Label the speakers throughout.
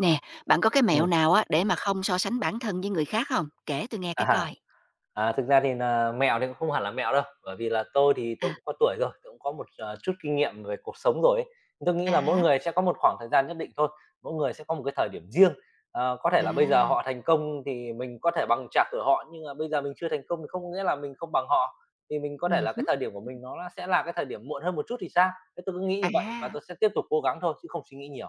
Speaker 1: Nè, bạn có cái mẹo
Speaker 2: Ừm,
Speaker 1: nào á để mà không so sánh bản thân với người khác không? Kể tôi nghe cái
Speaker 2: à,
Speaker 1: coi.
Speaker 2: thực ra thì nà mẹo thì cũng không hẳn là mẹo đâu, bởi vì là tôi
Speaker 1: À,
Speaker 2: cũng có tuổi rồi, tôi cũng có một, chút kinh nghiệm về cuộc sống rồi ấy. Tôi nghĩ
Speaker 1: à
Speaker 2: là mỗi
Speaker 1: hả,
Speaker 2: người sẽ có một khoảng thời gian nhất định thôi, mỗi người sẽ có một cái thời điểm riêng. Có thể là bây giờ
Speaker 1: à,
Speaker 2: họ thành công thì mình có thể bằng chạc tuổi họ, nhưng mà bây giờ mình chưa thành công thì không nghĩa là mình không bằng họ, thì mình có thể là cái
Speaker 1: hứm,
Speaker 2: thời điểm của mình nó là sẽ là cái thời điểm muộn hơn một chút thì sao? Thế tôi cứ nghĩ như vậy và
Speaker 1: à.
Speaker 2: tôi sẽ tiếp tục cố gắng thôi chứ không suy nghĩ nhiều.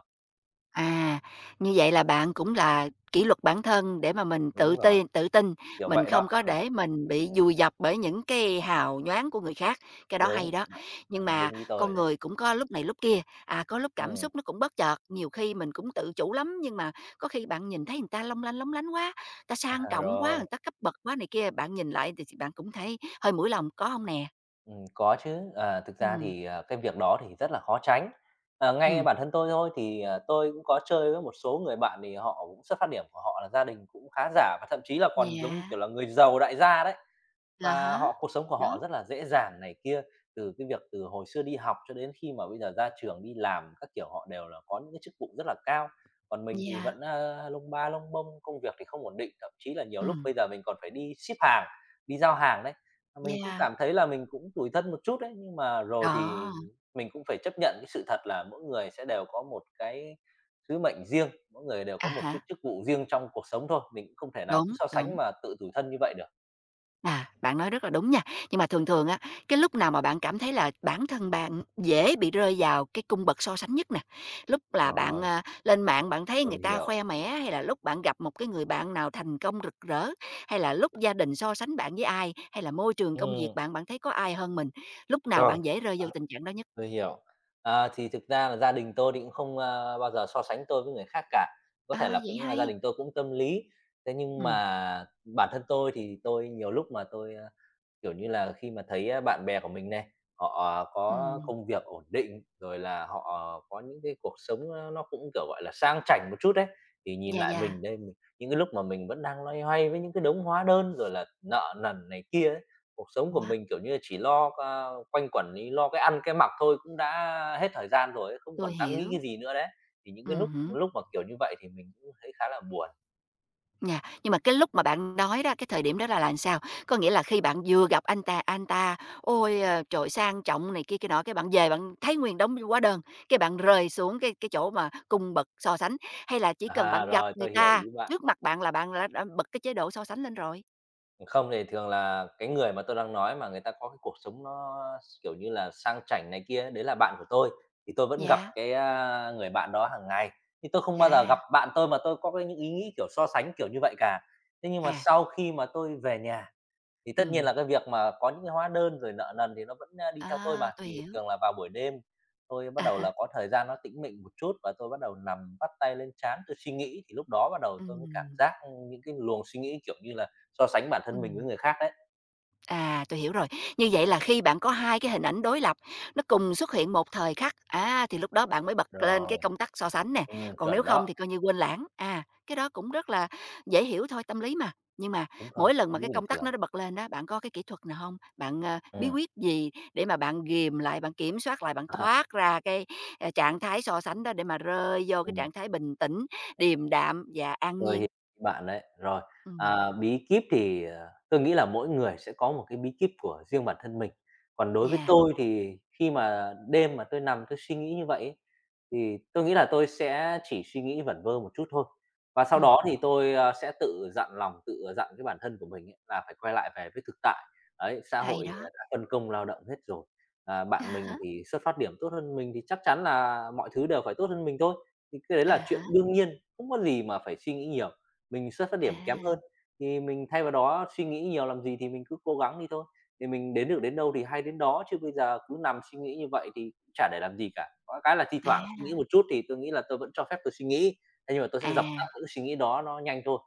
Speaker 1: À. Như vậy là bạn cũng là kỷ luật bản thân để mà mình
Speaker 2: Đúng rồi,
Speaker 1: tự tin,
Speaker 2: kiểu
Speaker 1: mình
Speaker 2: vậy
Speaker 1: không
Speaker 2: đó.
Speaker 1: có để mình bị vùi dập bởi những cái hào nhoáng của người khác, cái đó hay
Speaker 2: Đúng,
Speaker 1: đó.
Speaker 2: bạn
Speaker 1: Nhưng
Speaker 2: bạn nói
Speaker 1: mà
Speaker 2: đúng ý tôi
Speaker 1: con
Speaker 2: rồi đấy.
Speaker 1: người cũng có lúc này lúc kia, có lúc cảm
Speaker 2: Ừm,
Speaker 1: xúc nó cũng bất chợt, nhiều khi mình cũng tự chủ lắm, nhưng mà có khi bạn nhìn thấy người ta long lanh lóng lánh quá, người ta sang
Speaker 2: à,
Speaker 1: trọng quá,
Speaker 2: rồi.
Speaker 1: người ta cấp bậc quá này kia, bạn nhìn lại thì bạn cũng thấy hơi mũi lòng có không nè?
Speaker 2: Có chứ. Ờ, Thực ra
Speaker 1: Ừm,
Speaker 2: thì, cái việc đó thì rất là khó tránh. Ngay
Speaker 1: ừm,
Speaker 2: bản thân tôi thôi thì, tôi cũng có chơi với một số người bạn thì họ cũng xuất phát điểm của họ là gia đình cũng khá giả và thậm chí là còn giống như
Speaker 1: yeah,
Speaker 2: kiểu là người giàu đại gia đấy.
Speaker 1: à
Speaker 2: Và
Speaker 1: há,
Speaker 2: họ cuộc sống của
Speaker 1: đó,
Speaker 2: họ rất là dễ dàng này kia, từ cái việc từ hồi xưa đi học cho đến khi mà bây giờ ra trường đi làm các kiểu họ đều là có những cái chức vụ rất là cao. Còn mình thì
Speaker 1: yeah,
Speaker 2: vẫn, lông ba lông bông, công việc thì không ổn định, thậm chí là nhiều lúc
Speaker 1: ừm,
Speaker 2: bây giờ mình còn phải đi ship hàng, đi giao hàng đấy. Mình cũng
Speaker 1: yeah,
Speaker 2: cảm thấy là mình cũng tủi thân một chút đấy, nhưng mà rồi thì
Speaker 1: đó.
Speaker 2: mình cũng phải chấp nhận cái sự thật là mỗi người sẽ đều có một cái sứ mệnh riêng, mỗi người đều
Speaker 1: À
Speaker 2: có một cái
Speaker 1: há,
Speaker 2: chức vụ riêng trong cuộc sống thôi, mình cũng không thể nào cứ
Speaker 1: đúng,
Speaker 2: so sánh
Speaker 1: đúng.
Speaker 2: mà tự tủi thân như vậy được.
Speaker 1: À, bạn nói rất là đúng nha. Nhưng mà thường thường á, cái lúc nào mà bạn cảm thấy là bản thân bạn dễ bị rơi vào cái cung bậc so sánh nhất nè? Lúc là bạn,
Speaker 2: Rồi.
Speaker 1: à, lên mạng bạn thấy người
Speaker 2: Tôi
Speaker 1: ta
Speaker 2: hiểu.
Speaker 1: khoe mẽ, hay là lúc bạn gặp một cái người bạn nào thành công rực rỡ, hay là lúc gia đình so sánh bạn với ai, hay là môi trường công việc
Speaker 2: Ừm,
Speaker 1: bạn, bạn thấy có ai hơn mình? Lúc nào
Speaker 2: rồi,
Speaker 1: bạn dễ rơi vào tình trạng đó nhất?
Speaker 2: tôi hiểu. À, thì thực ra là gia đình tôi thì cũng không, bao giờ so sánh tôi với người khác cả. Có thể
Speaker 1: À,
Speaker 2: là
Speaker 1: vậy
Speaker 2: cũng, là gia
Speaker 1: hay!
Speaker 2: đình tôi cũng tâm lý, thế nhưng
Speaker 1: Ừm,
Speaker 2: mà bản thân tôi thì tôi nhiều lúc mà tôi, kiểu như là, khi mà thấy, bạn bè của mình này, họ à, có
Speaker 1: ừm,
Speaker 2: công việc ổn định, rồi là họ à, có những cái cuộc sống nó cũng, kiểu, gọi là, sang chảnh một chút đấy thì nhìn
Speaker 1: yeah,
Speaker 2: lại
Speaker 1: yeah,
Speaker 2: mình đây, mình những cái lúc mà mình vẫn đang loay hoay với những cái đống hóa đơn, rồi là nợ nần này kia ấy, cuộc sống của
Speaker 1: à,
Speaker 2: mình, kiểu như là, chỉ lo, quanh quẩn đi lo cái ăn cái mặc thôi cũng đã hết thời gian rồi ấy, không
Speaker 1: tôi
Speaker 2: còn dám nghĩ
Speaker 1: hiểu.
Speaker 2: cái gì nữa đấy. Thì những cái lúc
Speaker 1: Hứm.
Speaker 2: lúc mà kiểu như vậy thì mình cũng thấy khá là buồn.
Speaker 1: Nhưng mà cái lúc mà bạn nói đó, cái thời điểm đó là làm sao? Có nghĩa là khi bạn vừa gặp anh ta, ôi, trời, sang trọng này kia cái nọ, cái bạn về bạn thấy nguyên đống hóa đơn, cái bạn rơi xuống cái chỗ mà cung bậc so sánh, hay là chỉ cần
Speaker 2: À,
Speaker 1: bạn gặp
Speaker 2: rồi,
Speaker 1: người
Speaker 2: tôi hiểu ý
Speaker 1: ta
Speaker 2: bạn.
Speaker 1: trước mặt bạn là bạn đã bật cái chế độ so sánh lên rồi?
Speaker 2: Không, thì thường là cái người mà tôi đang nói mà người ta có cái cuộc sống nó, kiểu như là, sang chảnh này kia, đấy là bạn của tôi, thì tôi vẫn gặp
Speaker 1: Dạ,
Speaker 2: cái, người bạn đó hàng ngày, nhưng tôi không bao giờ
Speaker 1: à,
Speaker 2: gặp bạn tôi mà tôi có cái những ý nghĩ, kiểu, so sánh kiểu như vậy cả. Thế nhưng mà
Speaker 1: à,
Speaker 2: sau khi mà tôi về nhà thì tất nhiên
Speaker 1: ừm,
Speaker 2: là cái việc mà có những cái hóa đơn rồi nợ nần thì nó vẫn, đi theo tôi
Speaker 1: à,
Speaker 2: mà,
Speaker 1: tôi
Speaker 2: thì
Speaker 1: hiểu.
Speaker 2: thường là vào buổi đêm tôi bắt
Speaker 1: À
Speaker 2: đầu
Speaker 1: há,
Speaker 2: là có thời gian nó tĩnh mịnh một chút và tôi bắt đầu nằm bắt tay lên trán tôi suy nghĩ, thì lúc đó bắt đầu tôi mới cảm
Speaker 1: ừm,
Speaker 2: giác, những cái luồng suy nghĩ, kiểu như là, so sánh bản thân mình với
Speaker 1: ừm.
Speaker 2: người khác đấy.
Speaker 1: À, tôi hiểu rồi. Như vậy là khi bạn có 2 cái hình ảnh đối lập, nó cùng xuất hiện một thời khắc, thì lúc đó bạn mới bật lên cái
Speaker 2: Rồi.
Speaker 1: công tắc so sánh nè, còn nếu
Speaker 2: Chuẩn
Speaker 1: không
Speaker 2: đó,
Speaker 1: thì coi như quên lãng. À, cái đó cũng rất là dễ hiểu thôi, tâm lý mà. Nhưng mà
Speaker 2: đúng rồi,
Speaker 1: mỗi lần mà
Speaker 2: tâm
Speaker 1: cái
Speaker 2: bình
Speaker 1: công tắc nó
Speaker 2: thường.
Speaker 1: nó bật lên đó, bạn có cái kỹ thuật nào không? Bạn, bí
Speaker 2: Ừm.
Speaker 1: quyết gì để mà bạn ghìm lại, bạn kiểm soát lại, bạn
Speaker 2: À.
Speaker 1: thoát ra cái, trạng thái so sánh đó để mà rơi vô cái
Speaker 2: Ừm.
Speaker 1: trạng thái bình tĩnh, điềm đạm và an
Speaker 2: Rồi,
Speaker 1: nhiên?
Speaker 2: hiểu ý bạn đấy. Rồi,
Speaker 1: Ừm,
Speaker 2: à, bí kíp thì, tôi nghĩ là mỗi người sẽ có một cái bí kíp của riêng bản thân mình. Còn đối với
Speaker 1: yeah,
Speaker 2: tôi thì khi mà đêm mà tôi nằm tôi suy nghĩ như vậy ấy, thì tôi nghĩ là tôi sẽ chỉ suy nghĩ vẩn vơ một chút thôi. Và sau
Speaker 1: ừm,
Speaker 2: đó thì tôi, sẽ tự dặn lòng, tự dặn cái bản thân của mình ấy là phải quay lại về với thực tại. Đấy, xã
Speaker 1: hay
Speaker 2: hội,
Speaker 1: đó.
Speaker 2: đã phân công lao động hết rồi. À, bạn mình thì xuất phát điểm tốt hơn mình thì chắc chắn là mọi thứ đều phải tốt hơn mình thôi. Thì cái đấy
Speaker 1: À
Speaker 2: là
Speaker 1: há, à
Speaker 2: chuyện
Speaker 1: há,
Speaker 2: đương nhiên không có gì mà phải suy nghĩ nhiều, mình xuất phát điểm kém
Speaker 1: à.
Speaker 2: hơn, thì mình thay vào đó suy nghĩ nhiều làm gì thì mình cứ cố gắng đi thôi, thì mình đến được đến đâu thì hay đến đó, chứ bây giờ cứ nằm suy nghĩ như vậy thì cũng chả để làm gì cả. Có cái là thi thoảng suy
Speaker 1: À,
Speaker 2: nghĩ một chút thì tôi nghĩ là tôi vẫn cho phép tôi suy nghĩ, thế nhưng mà tôi sẽ dập tắt
Speaker 1: à,
Speaker 2: những suy nghĩ đó nó nhanh thôi.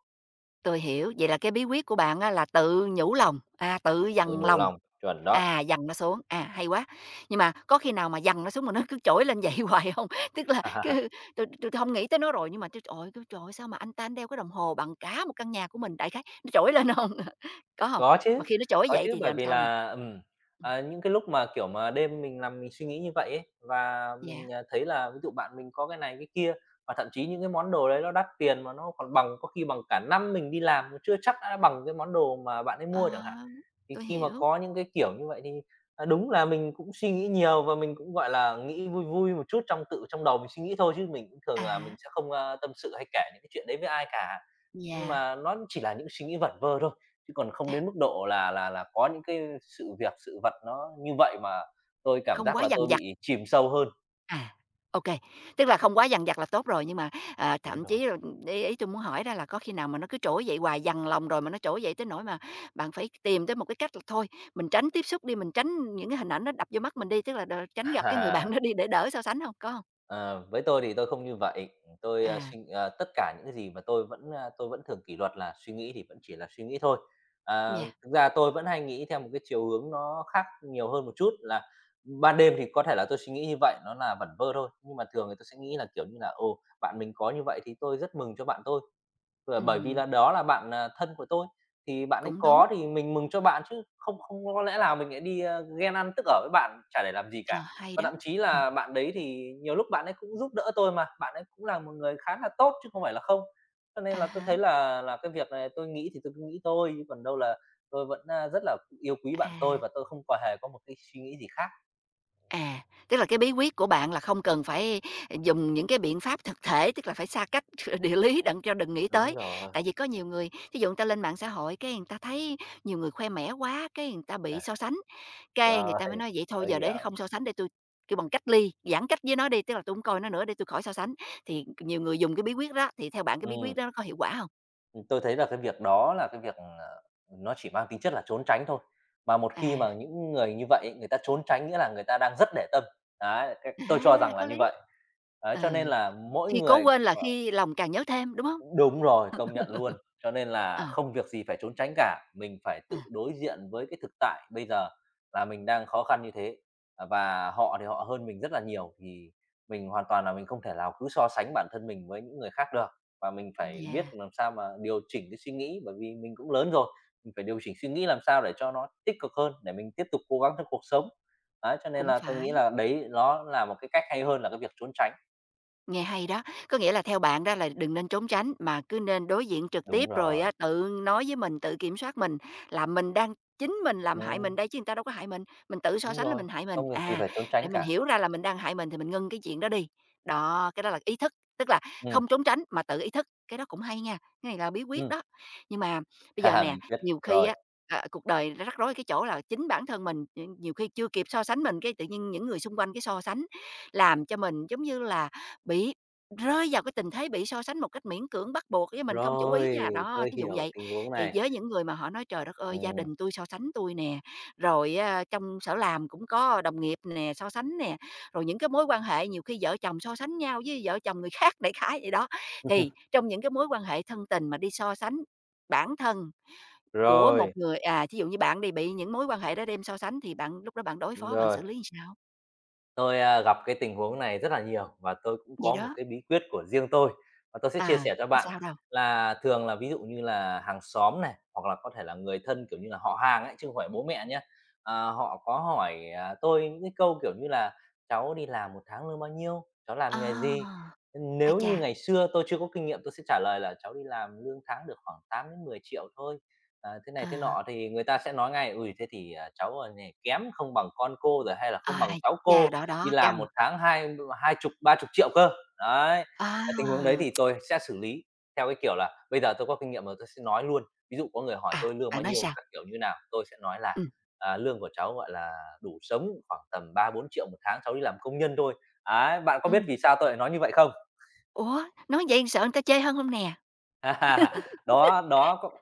Speaker 1: tôi hiểu. Vậy là cái bí quyết của bạn á là tự nhủ lòng, tự
Speaker 2: Tự
Speaker 1: dằn
Speaker 2: nhủ
Speaker 1: lòng,
Speaker 2: lòng, chuẩn đó.
Speaker 1: dằn nó xuống, à, hay quá. Nhưng mà có khi nào mà dằn nó xuống mà nó cứ trỗi lên vậy hoài không? Tức là cứ tôi tui tui nghĩ tới nó rồi, nhưng mà tôi "Trời ơi, kêu trời ơi, sao mà anh đeo cái đồng hồ bằng cả một căn nhà của mình?" Đại khái, nó trỗi lên hông? Có không?
Speaker 2: Có
Speaker 1: Mà
Speaker 2: chứ,
Speaker 1: khi nó trỗi
Speaker 2: có
Speaker 1: vậy
Speaker 2: chứ,
Speaker 1: thì
Speaker 2: bởi
Speaker 1: làm
Speaker 2: vì
Speaker 1: sao nè?
Speaker 2: là,
Speaker 1: Ừm,
Speaker 2: những cái lúc mà, kiểu, mà đêm mình nằm mình suy nghĩ như vậy ấy, và
Speaker 1: dạ,
Speaker 2: mình, thấy là ví dụ bạn mình có cái này cái kia, và thậm chí những cái món đồ đấy nó đắt tiền mà nó còn bằng có khi bằng cả năm mình đi làm chưa chắc đã bằng cái món đồ mà bạn ấy mua chẳng hạn.
Speaker 1: ờ,
Speaker 2: Thì
Speaker 1: tôi
Speaker 2: khi mà
Speaker 1: hiểu.
Speaker 2: có những cái kiểu như vậy thì, đúng là mình cũng suy nghĩ nhiều và mình cũng, gọi là, nghĩ vui vui một chút trong đầu mình suy nghĩ thôi, chứ mình cũng
Speaker 1: À
Speaker 2: thường là mình
Speaker 1: há,
Speaker 2: sẽ không, tâm sự hay kể những cái chuyện đấy với ai cả. Nhưng
Speaker 1: yeah,
Speaker 2: mà nó chỉ là những suy nghĩ vẩn vơ thôi. Chứ còn không
Speaker 1: à,
Speaker 2: đến mức độ là có những cái sự việc, sự vật nó như vậy mà tôi cảm
Speaker 1: không
Speaker 2: giác
Speaker 1: quá
Speaker 2: là
Speaker 1: dằn
Speaker 2: tôi
Speaker 1: vặt.
Speaker 2: bị chìm sâu hơn.
Speaker 1: À, ok, tức là không quá dằn vặt là tốt rồi, nhưng mà,
Speaker 2: Đúng
Speaker 1: thậm chí
Speaker 2: rồi.
Speaker 1: là ý ý tui muốn hỏi đó là có khi nào mà nó cứ trỗi dậy hoài, dằn lòng rồi mà nó trỗi dậy tới nỗi mà bạn phải tìm tới một cái cách là thôi, mình tránh tiếp xúc đi, mình tránh những cái hình ảnh nó đập vô mắt mình đi, tức là tránh gặp cái người bạn
Speaker 2: À,
Speaker 1: đó đi để đỡ so sánh không? Có hông?
Speaker 2: ờ, với tôi thì tôi không như vậy. Tôi,
Speaker 1: À,
Speaker 2: tất cả những cái gì mà tôi vẫn, tôi vẫn thường kỷ luật là suy nghĩ thì vẫn chỉ là suy nghĩ thôi. À,
Speaker 1: yeah,
Speaker 2: thực ra tôi vẫn hay nghĩ theo một cái chiều hướng nó khác nhiều hơn một chút là ban đêm thì có thể là tôi suy nghĩ như vậy, nó là vẩn vơ thôi, nhưng mà thường thì tôi sẽ nghĩ là, kiểu như là, ồ, bạn mình có như vậy thì tôi rất mừng cho bạn tôi. Ờ, bởi vì
Speaker 1: ừm,
Speaker 2: là đó là bạn, thân của tôi, thì bạn ấy
Speaker 1: cũng đúng,
Speaker 2: có thì mình mừng cho bạn chứ không không có lẽ nào mình lại đi, ghen ăn tức ở với bạn chả để làm gì
Speaker 1: ờ,
Speaker 2: cả.
Speaker 1: hay
Speaker 2: Và
Speaker 1: đó.
Speaker 2: thậm chí
Speaker 1: Ừm,
Speaker 2: là bạn đấy thì nhiều lúc bạn ấy cũng giúp đỡ tôi mà, bạn ấy cũng là một người khá là tốt chứ không phải là không. Cho
Speaker 1: à
Speaker 2: nên là tôi thấy
Speaker 1: há,
Speaker 2: là cái việc này tôi nghĩ thì tôi cứ nghĩ thôi, chứ còn đâu là tôi vẫn, rất là yêu quý bạn tôi
Speaker 1: à.
Speaker 2: và tôi không có hề có một cái suy nghĩ gì khác.
Speaker 1: À, tức là cái bí quyết của bạn là không cần phải dùng những cái biện pháp thực thể, tức là phải xa cách địa lý đặng cho đừng nghĩ
Speaker 2: Đúng
Speaker 1: tới.
Speaker 2: rồi,
Speaker 1: Tại vì có nhiều người, thí dụ người ta lên mạng xã hội, cái người ta thấy nhiều người khoe mẽ quá, cái người ta bị
Speaker 2: à,
Speaker 1: so sánh. Cái người
Speaker 2: rồi,
Speaker 1: ta mới nói vậy, thôi
Speaker 2: tôi
Speaker 1: giờ để
Speaker 2: hiểu.
Speaker 1: không so sánh, để tôi kêu bằng cách ly, giãn cách với nó đi, tức là tôi không coi nó nữa để tôi khỏi so sánh. Thì nhiều người dùng cái bí quyết đó, thì theo bạn cái bí quyết
Speaker 2: Ừm.
Speaker 1: đó nó có hiệu quả không?
Speaker 2: Tôi thấy là cái việc đó là cái việc, nó chỉ mang tính chất là trốn tránh thôi. Mà một
Speaker 1: À,
Speaker 2: khi mà những người như vậy người ta trốn tránh nghĩa là người ta đang rất để tâm. Đấy, cái
Speaker 1: à,
Speaker 2: tôi cho rằng là
Speaker 1: có
Speaker 2: như
Speaker 1: lý,
Speaker 2: vậy. Đấy, cho nên
Speaker 1: ừ,
Speaker 2: là mỗi
Speaker 1: khi cố
Speaker 2: người
Speaker 1: quên là khi lòng càng nhớ thêm, đúng không?
Speaker 2: đúng rồi, công nhận luôn. Cho nên là
Speaker 1: Ờ,
Speaker 2: không việc gì phải trốn tránh cả, mình phải
Speaker 1: ờ,
Speaker 2: tự đối diện với cái thực tại bây giờ là mình đang khó khăn như thế, và họ thì họ hơn mình rất là nhiều, thì mình hoàn toàn là mình không thể nào cứ so sánh bản thân mình với những người khác được. Và mình phải biết
Speaker 1: yeah,
Speaker 2: làm sao mà điều chỉnh cái suy nghĩ, bởi vì mình cũng lớn rồi, mình phải điều chỉnh suy nghĩ làm sao để cho nó tích cực hơn, để mình tiếp tục cố gắng trong cuộc sống. Đấy, cho nên
Speaker 1: cũng
Speaker 2: là tôi nghĩ
Speaker 1: phải.
Speaker 2: là đấy nó là một cái cách hay hơn là cái việc trốn tránh.
Speaker 1: Nghe hay đó, có nghĩa là theo bạn đó là đừng nên trốn tránh mà cứ nên đối diện trực
Speaker 2: Đúng
Speaker 1: tiếp rồi
Speaker 2: rồi.
Speaker 1: á, tự nói với mình, tự kiểm soát mình là mình đang chính mình làm hại mình
Speaker 2: Ừm.
Speaker 1: đây chứ người ta đâu có hại mình tự so
Speaker 2: Đúng
Speaker 1: sánh là
Speaker 2: rồi,
Speaker 1: mình hại mình.
Speaker 2: không việc gì
Speaker 1: À,
Speaker 2: phải trốn
Speaker 1: để
Speaker 2: tránh
Speaker 1: mình
Speaker 2: cả.
Speaker 1: hiểu ra là mình đang hại mình thì mình ngưng cái chuyện đó đi. Đó, cái đó là ý thức, tức là
Speaker 2: Ừm,
Speaker 1: không trốn tránh mà tự ý thức, cái đó cũng hay nha, cái này là bí quyết
Speaker 2: ừm,
Speaker 1: đó. Nhưng mà bây giờ nè,
Speaker 2: bí quyết,
Speaker 1: nhiều khi
Speaker 2: rồi,
Speaker 1: á à, cuộc đời nó rắc rối cái chỗ là chính bản thân mình nhiều khi chưa kịp so sánh mình, cái tự nhiên những người xung quanh cái so sánh làm cho mình giống như là bị rơi vào cái tình thế bị so sánh một cách miễn cưỡng, bắt buộc với mình không chủ ý
Speaker 2: rồi,
Speaker 1: nha. Đó,
Speaker 2: tôi
Speaker 1: thí dụ
Speaker 2: hiểu
Speaker 1: vậy,
Speaker 2: tình huống
Speaker 1: thì
Speaker 2: này.
Speaker 1: với những người mà họ nói "Trời đất ơi, gia
Speaker 2: Ừm,
Speaker 1: đình tôi so sánh tôi nè", rồi á trong sở làm cũng có đồng nghiệp nè so sánh nè, rồi những cái mối quan hệ nhiều khi vợ chồng so sánh nhau với vợ chồng người khác, đại khái vậy đó. Thì trong những cái mối quan hệ thân tình mà đi so sánh bản thân của một
Speaker 2: rồi,
Speaker 1: người, à, thí dụ như bạn đi, bị những mối quan hệ đó đem so sánh thì bạn lúc đó bạn đối phó, bạn
Speaker 2: rồi.
Speaker 1: xử lý như sao?
Speaker 2: Tôi gặp cái tình huống này rất là nhiều, và tôi cũng
Speaker 1: Vậy
Speaker 2: có một
Speaker 1: đó,
Speaker 2: cái bí quyết của riêng tôi và tôi sẽ
Speaker 1: à
Speaker 2: chia sẻ cho
Speaker 1: hông
Speaker 2: bạn.
Speaker 1: sao đâu.
Speaker 2: Là thường là ví dụ như là hàng xóm này, hoặc là có thể là người thân, kiểu như là họ hàng ấy, chứ không phải bố mẹ nhá. Ờ, họ có hỏi tôi những cái câu, kiểu như là "Cháu đi làm một tháng lương bao nhiêu? Cháu làm
Speaker 1: À,
Speaker 2: nghề gì?"
Speaker 1: ái
Speaker 2: Nếu
Speaker 1: chà!
Speaker 2: như ngày xưa tôi chưa có kinh nghiệm, tôi sẽ trả lời là "Cháu đi làm lương tháng được khoảng 8 đến 10 triệu thôi." Thế này thế
Speaker 1: À,
Speaker 2: nọ thì người ta sẽ nói ngay: "Ui thế thì, cháu, này, kém, không bằng con cô rồi, hay là không bằng
Speaker 1: ai
Speaker 2: cháu cô.
Speaker 1: chà, đó,
Speaker 2: Đi
Speaker 1: đó,
Speaker 2: làm
Speaker 1: căng.
Speaker 2: một tháng hai hai chục, ba chục triệu cơ." Đấy,
Speaker 1: À,
Speaker 2: cái tình huống đấy thì tôi sẽ xử lý theo cái kiểu là bây giờ tôi có kinh nghiệm rồi, tôi sẽ nói luôn. Ví dụ có người hỏi
Speaker 1: à,
Speaker 2: tôi lương
Speaker 1: bạn
Speaker 2: bao
Speaker 1: nói
Speaker 2: nhiêu,
Speaker 1: sao?
Speaker 2: các kiểu như nào, tôi sẽ nói là
Speaker 1: Ừ,
Speaker 2: "À, lương của cháu, gọi là đủ sống khoảng tầm 3 4 triệu một tháng, cháu đi làm công nhân thôi." Ấy, bạn có
Speaker 1: ừ.
Speaker 2: biết vì sao tôi lại nói như vậy không?
Speaker 1: Ủa, nói vậy sợ người ta chê hơn không nè?
Speaker 2: Đó, đó,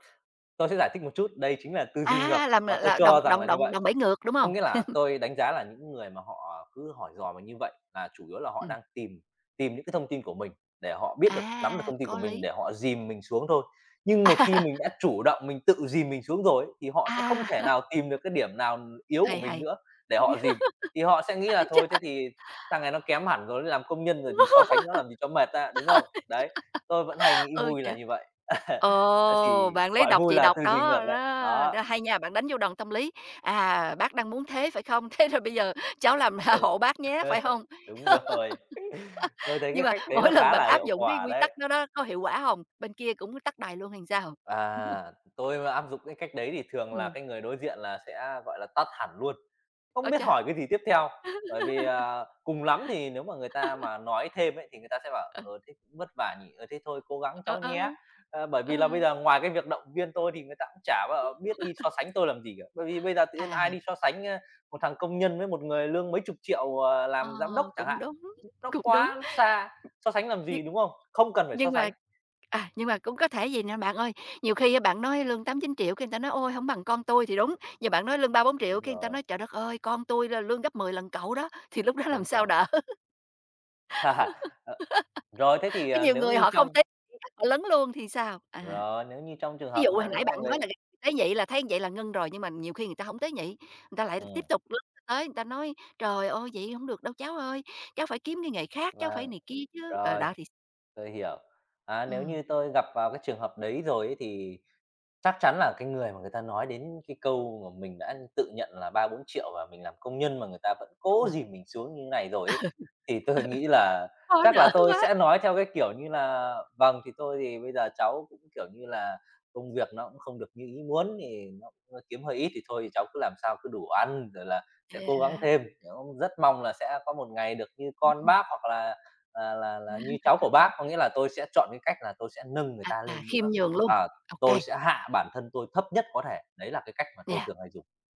Speaker 2: tôi sẽ giải thích một chút, đây chính là tư duy ngược
Speaker 1: À, làm
Speaker 2: mà
Speaker 1: là
Speaker 2: tôi cho
Speaker 1: đồng
Speaker 2: rằng
Speaker 1: đồng
Speaker 2: là như
Speaker 1: đòn
Speaker 2: vậy.
Speaker 1: đòn bẩy ngược, đúng
Speaker 2: Có
Speaker 1: không?
Speaker 2: nghĩa là tôi đánh giá là những người mà họ cứ hỏi dò mình như vậy là chủ yếu là họ
Speaker 1: Ừ,
Speaker 2: đang tìm tìm những cái thông tin của mình, để họ biết được, nắm được
Speaker 1: à,
Speaker 2: thông tin của
Speaker 1: có
Speaker 2: mình
Speaker 1: lý.
Speaker 2: để họ dìm mình xuống thôi. Nhưng một khi mình đã chủ động mình tự dìm mình xuống rồi ấy, thì họ sẽ không
Speaker 1: À,
Speaker 2: thể nào tìm được cái điểm nào yếu của
Speaker 1: hay,
Speaker 2: mình
Speaker 1: hay.
Speaker 2: nữa để họ dìm. Thì họ sẽ nghĩ là
Speaker 1: Ái
Speaker 2: thôi
Speaker 1: chà,
Speaker 2: thế thì thằng này nó kém hẳn rồi, nó làm công nhân rồi thì so sánh nó làm gì cho mệt ra, đúng không? Đấy, tôi vẫn hay nghĩ
Speaker 1: ôi
Speaker 2: vui là
Speaker 1: chà.
Speaker 2: như vậy. Đấy, thì
Speaker 1: Ồ, bạn lấy
Speaker 2: gọi
Speaker 1: đọc
Speaker 2: vui
Speaker 1: chị
Speaker 2: là
Speaker 1: đọc
Speaker 2: tư duy
Speaker 1: đó,
Speaker 2: ngược đấy,
Speaker 1: đó,
Speaker 2: đó.
Speaker 1: đó, hay nha, bạn đánh vô đòn tâm lý. À, bác đang muốn thế, phải không? Thế rồi bây giờ cháu làm hộ bác nhé,
Speaker 2: Ờ,
Speaker 1: phải không?
Speaker 2: đúng rồi. Tôi thấy
Speaker 1: Nhưng
Speaker 2: cái
Speaker 1: mà
Speaker 2: cách đấy nó
Speaker 1: mỗi lần
Speaker 2: khá
Speaker 1: bạn
Speaker 2: là
Speaker 1: áp
Speaker 2: hiệu
Speaker 1: dụng cái
Speaker 2: quả
Speaker 1: quy
Speaker 2: đấy.
Speaker 1: tắc đó đó, có hiệu quả không? Bên kia cũng tắt đài luôn hay sao?
Speaker 2: Tôi mà áp dụng cái cách đấy thì thường là
Speaker 1: Ừ,
Speaker 2: cái người đối diện là sẽ, gọi là tắt hẳn luôn, không
Speaker 1: ôi
Speaker 2: biết
Speaker 1: cha!
Speaker 2: hỏi cái gì tiếp theo. Bởi vì cùng lắm thì nếu mà người ta mà nói thêm ấy, thì người ta sẽ bảo:
Speaker 1: Ờ,
Speaker 2: "Ờ, thế cũng vất vả nhỉ? Ờ, thế thôi cố gắng
Speaker 1: ờ,
Speaker 2: cháu nhé."
Speaker 1: ờ.
Speaker 2: Ờ, bởi
Speaker 1: Ờ.
Speaker 2: vì là bây giờ ngoài cái việc động viên tôi thì người ta cũng chả bao biết đi so sánh tôi làm gì cả. Bởi vì bây giờ tự nhiên
Speaker 1: À,
Speaker 2: ai đi so sánh, ơ, một thằng công nhân với một người lương mấy chục triệu, ờ,
Speaker 1: ờ,
Speaker 2: làm giám đốc chẳng
Speaker 1: cũng
Speaker 2: hạn,
Speaker 1: đúng,
Speaker 2: nó
Speaker 1: cũng đúng.
Speaker 2: quá xa, so sánh làm
Speaker 1: Nhưng
Speaker 2: gì, đúng không? Không cần phải so
Speaker 1: nhưng mà
Speaker 2: sánh.
Speaker 1: nhưng mà cũng có thể vầy nè bạn ơi, nhiều khi á bạn nói lương tám chín triệu, 9, cái người ta nói: "Ôi, hổng bằng con tui" thì đúng, nhưng bạn nói lương ba bốn triệu, 4,
Speaker 2: Đúng
Speaker 1: cái người ta
Speaker 2: rồi,
Speaker 1: nói: "Trời đất ơi, con tui là lương gấp 10 lần cậu đó", thì lúc đó làm
Speaker 2: đúng
Speaker 1: sao
Speaker 2: rồi.
Speaker 1: đỡ?
Speaker 2: Rồi, thế thì,
Speaker 1: Có
Speaker 2: à,
Speaker 1: nhiều
Speaker 2: nếu
Speaker 1: người
Speaker 2: như
Speaker 1: họ
Speaker 2: trong
Speaker 1: không tiếp họ lấn luôn thì sao? À,
Speaker 2: rồi, nếu như trong trường
Speaker 1: ví dụ
Speaker 2: hợp
Speaker 1: hồi
Speaker 2: mà
Speaker 1: nãy
Speaker 2: nếu mà
Speaker 1: bạn
Speaker 2: người
Speaker 1: nói là tế nhị là thấy vậy là ngưng rồi, nhưng mà nhiều khi người ta hổng tế nhị, người ta lại tiếp
Speaker 2: ừm,
Speaker 1: tục lớn lên tới người ta nói: "Trời ơi, vậy hổng được đâu cháu ơi, cháu phải kiếm cái nghề khác, cháu phải
Speaker 2: vâng,
Speaker 1: này kia chứ." Ờ,
Speaker 2: rồi,
Speaker 1: đó thì
Speaker 2: tôi hiểu. Nếu
Speaker 1: ừm,
Speaker 2: như tôi gặp vào cái trường hợp đấy rồi ấy thì chắc chắn là cái người mà người ta nói đến cái câu mà mình đã tự nhận là 3 4 triệu và mình làm công nhân mà người ta vẫn cố
Speaker 1: ừm,
Speaker 2: dìm mình xuống như này rồi ấy, thì
Speaker 1: ừ,
Speaker 2: tôi nghĩ là
Speaker 1: khó
Speaker 2: chắc là
Speaker 1: đỡ
Speaker 2: tôi
Speaker 1: quá.
Speaker 2: sẽ nói theo cái kiểu như là "Vâng, thì tôi thì bây giờ cháu cũng, kiểu như là, công việc nó cũng không được như ý muốn thì nó cũng kiếm hơi ít thì thôi thì cháu cứ làm sao cứ đủ ăn rồi là sẽ cố gắng
Speaker 1: Yeah.
Speaker 2: thêm. Cháu rất mong là sẽ có một ngày được như con bác hoặc là như cháu của bác." Có nghĩa là tôi sẽ chọn cái cách là tôi sẽ nâng người
Speaker 1: À,
Speaker 2: ta
Speaker 1: à,
Speaker 2: lên
Speaker 1: khiêm
Speaker 2: nữa.
Speaker 1: nhường luôn,
Speaker 2: À,
Speaker 1: ô kê,
Speaker 2: tôi sẽ hạ bản thân tôi thấp nhất có thể, đấy là cái cách mà tôi
Speaker 1: yeah,
Speaker 2: thường hay dùng.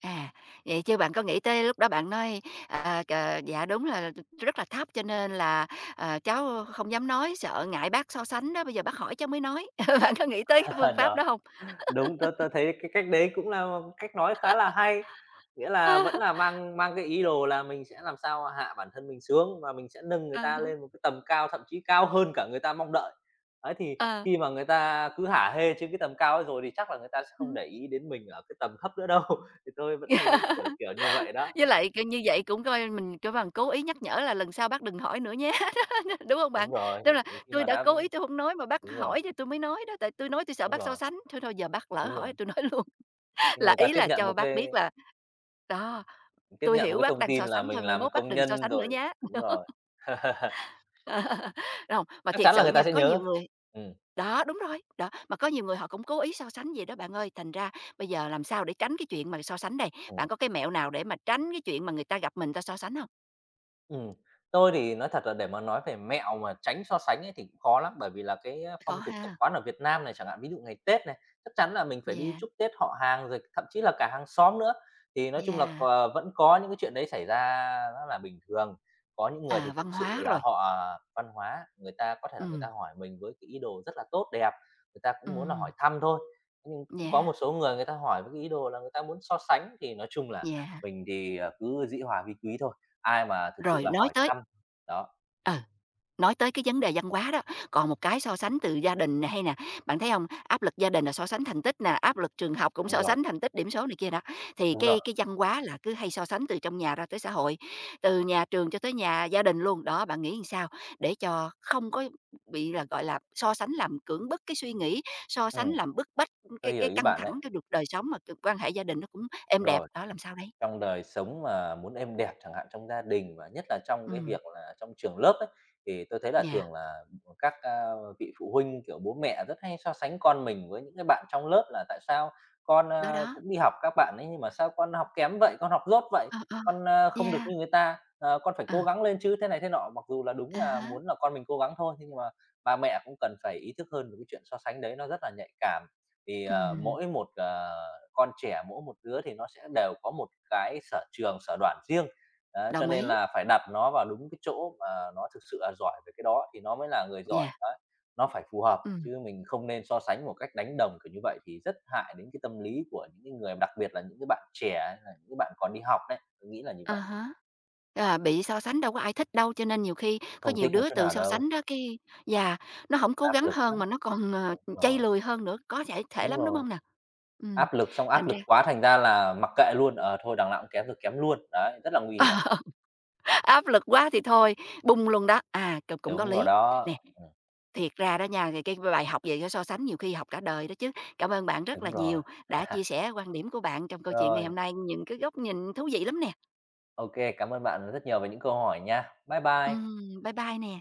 Speaker 1: à, vậy chứ bạn có nghĩ tới lúc đó bạn nói, à, cà "Dạ, đúng là rất là thấp cho nên là, cháu không dám nói, sợ ngại bác so sánh đó, bây giờ bác hỏi cháu mới nói." Bạn có nghĩ tới cái phương pháp đó
Speaker 2: Đó,
Speaker 1: hông?
Speaker 2: đúng, tôi thấy cái cách đấy cũng là một cách nói khá là hay, nghĩa là vẫn
Speaker 1: À
Speaker 2: là mang mang cái ý đồ là mình sẽ làm sao hạ bản thân mình xuống và mình sẽ nâng người
Speaker 1: há, à
Speaker 2: ta lên một
Speaker 1: há.
Speaker 2: cái tầm cao, thậm chí cao hơn cả người ta mong đợi. Ấy, thì
Speaker 1: Ờ.
Speaker 2: khi mà người ta cứ hả hê trên cái tầm cao ấy rồi thì chắc là người ta sẽ không
Speaker 1: Ừm.
Speaker 2: để ý đến mình ở cái tầm thấp nữa đâu, thì tôi vẫn hay nghĩ kiểu kiểu như vậy đó.
Speaker 1: Với lại, kiểu, như vậy cũng coi mình kêu bằng cố ý nhắc nhở là "Lần sau bác đừng hỏi nữa nhé", đúng hông bạn?
Speaker 2: Đúng rồi,
Speaker 1: Tức là
Speaker 2: thì khi
Speaker 1: tui
Speaker 2: mà
Speaker 1: đã
Speaker 2: đã
Speaker 1: cố ý tui hông nói mà bác
Speaker 2: đúng rồi,
Speaker 1: hỏi thì tui mới nói đó, tại tui nói tui sợ
Speaker 2: đúng
Speaker 1: bác so
Speaker 2: rồi,
Speaker 1: sánh, thôi thôi giờ bác lỡ
Speaker 2: đúng
Speaker 1: hỏi
Speaker 2: rồi,
Speaker 1: tui nói luôn,
Speaker 2: khi mà
Speaker 1: là
Speaker 2: người ta
Speaker 1: ý
Speaker 2: tiếp
Speaker 1: là
Speaker 2: nhận
Speaker 1: cho
Speaker 2: một
Speaker 1: bác
Speaker 2: cái,
Speaker 1: biết là đó,
Speaker 2: tiếp
Speaker 1: tui
Speaker 2: nhận một
Speaker 1: hiểu
Speaker 2: cái
Speaker 1: bác
Speaker 2: thông
Speaker 1: đang
Speaker 2: tin
Speaker 1: so
Speaker 2: là
Speaker 1: sánh thôi,
Speaker 2: mình
Speaker 1: mai
Speaker 2: làm
Speaker 1: mốt bác
Speaker 2: công
Speaker 1: đừng so
Speaker 2: nhân
Speaker 1: sánh nữa
Speaker 2: rồi,
Speaker 1: nhá.
Speaker 2: đúng rồi.
Speaker 1: Ờ, hông, mà
Speaker 2: Chắc
Speaker 1: thiệt
Speaker 2: chắn là
Speaker 1: sự
Speaker 2: người ta
Speaker 1: nha,
Speaker 2: sẽ
Speaker 1: có nhiều
Speaker 2: nhớ.
Speaker 1: người
Speaker 2: Ừm.
Speaker 1: đó, đúng rồi, đó, mà có nhiều người họ cũng cố ý so sánh vậy đó bạn ơi, thành ra bây giờ làm sao để tránh cái chuyện mà so sánh đây? Bạn
Speaker 2: Ừm.
Speaker 1: có cái mẹo nào để mà tránh cái chuyện mà người ta gặp mình ta so sánh hông?
Speaker 2: Ừm, tôi thì nói thật là để mà nói về mẹo mà tránh so sánh ấy thì cũng khó lắm, bởi vì là
Speaker 1: Khó
Speaker 2: phong tục tập
Speaker 1: ha.
Speaker 2: quán ở Việt Nam này, chẳng hạn ví dụ ngày Tết này, chắc chắn là mình phải đi
Speaker 1: Yeah,
Speaker 2: chúc Tết họ hàng rồi thậm chí là cả hàng xóm nữa. Thì nói chung là
Speaker 1: yeah.
Speaker 2: cò vẫn có những cái chuyện đấy xảy ra rất là bình thường. Có những người thì
Speaker 1: À,
Speaker 2: thực
Speaker 1: văn
Speaker 2: sự
Speaker 1: hóa
Speaker 2: là
Speaker 1: rồi.
Speaker 2: họ, văn hóa, người ta có thể là người ta
Speaker 1: Ừm,
Speaker 2: hỏi mình với cái ý đồ rất là tốt đẹp, người ta cũng muốn là hỏi
Speaker 1: ừm,
Speaker 2: thăm thôi. Nhưng cũng có
Speaker 1: yeah,
Speaker 2: một số người người ta hỏi với cái ý đồ là người ta muốn so sánh, thì nói chung là
Speaker 1: yeah.
Speaker 2: mình thì, ờ, cứ dĩ hòa vi quý thôi. Ai mà thực sự
Speaker 1: Rồi
Speaker 2: là
Speaker 1: nói
Speaker 2: hỏi
Speaker 1: tới
Speaker 2: thăm. Đó,
Speaker 1: ờ. Nói tới cái vấn đề văn hóa đó, còn một cái so sánh từ gia đình nè hay nè, bạn thấy hông? Áp lực gia đình là so sánh thành tích nè, áp lực trường học cũng
Speaker 2: đúng
Speaker 1: so
Speaker 2: rồi,
Speaker 1: sánh thành tích, điểm số này kia đó, thì
Speaker 2: đúng rồi.
Speaker 1: cái văn hóa là cứ hay so sánh từ trong nhà ra tới xã hội, từ nhà trường cho tới nhà gia đình luôn. Đó, bạn nghĩ làm sao để cho không có bị là, gọi là, so sánh làm cưỡng bức cái suy nghĩ, so sánh
Speaker 2: Ừm,
Speaker 1: làm bức bách
Speaker 2: tôi
Speaker 1: cái
Speaker 2: hiểu
Speaker 1: cái
Speaker 2: ý
Speaker 1: căng
Speaker 2: bạn
Speaker 1: thẳng
Speaker 2: đấy.
Speaker 1: cái được đời sống mà quan hệ gia đình nó cũng êm đẹp,
Speaker 2: Rồi.
Speaker 1: đó, làm sao đây?
Speaker 2: Trong đời sống mà muốn êm đẹp chẳng hạn, trong gia đình và nhất là trong cái
Speaker 1: Ừm,
Speaker 2: việc là trong trường lớp ấy, thì tôi thấy là
Speaker 1: yeah,
Speaker 2: thường là các vị phụ huynh, kiểu, bố mẹ rất hay so sánh con mình với những cái bạn trong lớp là "Tại sao con,
Speaker 1: đó,
Speaker 2: a,
Speaker 1: đó.
Speaker 2: cũng đi học các bạn ấy, nhưng mà sao con học kém vậy, con học dốt vậy,
Speaker 1: Ờ, ờ,
Speaker 2: con không được
Speaker 1: yeah,
Speaker 2: như người ta, ờ, con phải
Speaker 1: ờ,
Speaker 2: cố gắng lên chứ" thế này thế nọ. Mặc dù là đúng
Speaker 1: à
Speaker 2: là
Speaker 1: há,
Speaker 2: muốn là con mình cố gắng thôi, thế nhưng mà ba mẹ cũng cần phải ý thức hơn về cái chuyện so sánh đấy, nó rất là nhạy cảm. Thì
Speaker 1: ừm.
Speaker 2: mỗi một, ờ, con trẻ, mỗi một đứa thì nó sẽ đều có một cái sở trường, sở đoản riêng, đấy, cho
Speaker 1: Đồng
Speaker 2: nên
Speaker 1: ý,
Speaker 2: là phải đặt nó vào đúng cái chỗ mà nó thực sự là giỏi về cái đó thì nó mới là người giỏi,
Speaker 1: yeah,
Speaker 2: đấy. Nó phải phù hợp
Speaker 1: ừm,
Speaker 2: chứ mình không nên so sánh một cách đánh đồng kiểu như vậy thì rất hại đến cái tâm lý của những cái người, đặc biệt là những cái bạn trẻ hay là những cái bạn còn đi học đấy, tôi nghĩ là như
Speaker 1: à
Speaker 2: vậy.
Speaker 1: há, à, bị so sánh đâu có ai thích đâu, cho nên nhiều khi có
Speaker 2: Không
Speaker 1: nhiều
Speaker 2: thích một
Speaker 1: đứa
Speaker 2: chút
Speaker 1: từ
Speaker 2: nào
Speaker 1: so
Speaker 2: đâu,
Speaker 1: sánh đó cái yeah, nó không cố
Speaker 2: áp
Speaker 1: gắng
Speaker 2: lực
Speaker 1: hơn
Speaker 2: lắm.
Speaker 1: mà nó còn,
Speaker 2: Đúng
Speaker 1: chây
Speaker 2: rồi,
Speaker 1: lười hơn nữa, có thể thể
Speaker 2: đúng
Speaker 1: lắm, đúng
Speaker 2: rồi,
Speaker 1: không nè? Ừm,
Speaker 2: áp lực xong
Speaker 1: thành
Speaker 2: áp lực
Speaker 1: ra
Speaker 2: quá thành ra là mặc kệ luôn, ờ, thôi đằng nào cũng kém rồi kém luôn, đấy, rất là nguy hiểm.
Speaker 1: áp lực quá thì thôi, bung luôn đó, à, cũng có
Speaker 2: Đúng rồi
Speaker 1: lý.
Speaker 2: đó,
Speaker 1: Nè, thiệt ra đó nha, thì cái bài học về cái so sánh nhiều khi học cả đời đó chứ. Cảm ơn bạn rất là
Speaker 2: đúng rồi.
Speaker 1: nhiều đã chia sẻ quan điểm của bạn trong câu chuyện ngày
Speaker 2: Rồi,
Speaker 1: hôm nay, những cái góc nhìn thú vị lắm nè.
Speaker 2: ok, cảm ơn bạn rất nhiều về những câu hỏi nha. Bye bye.
Speaker 1: Bye bye nè.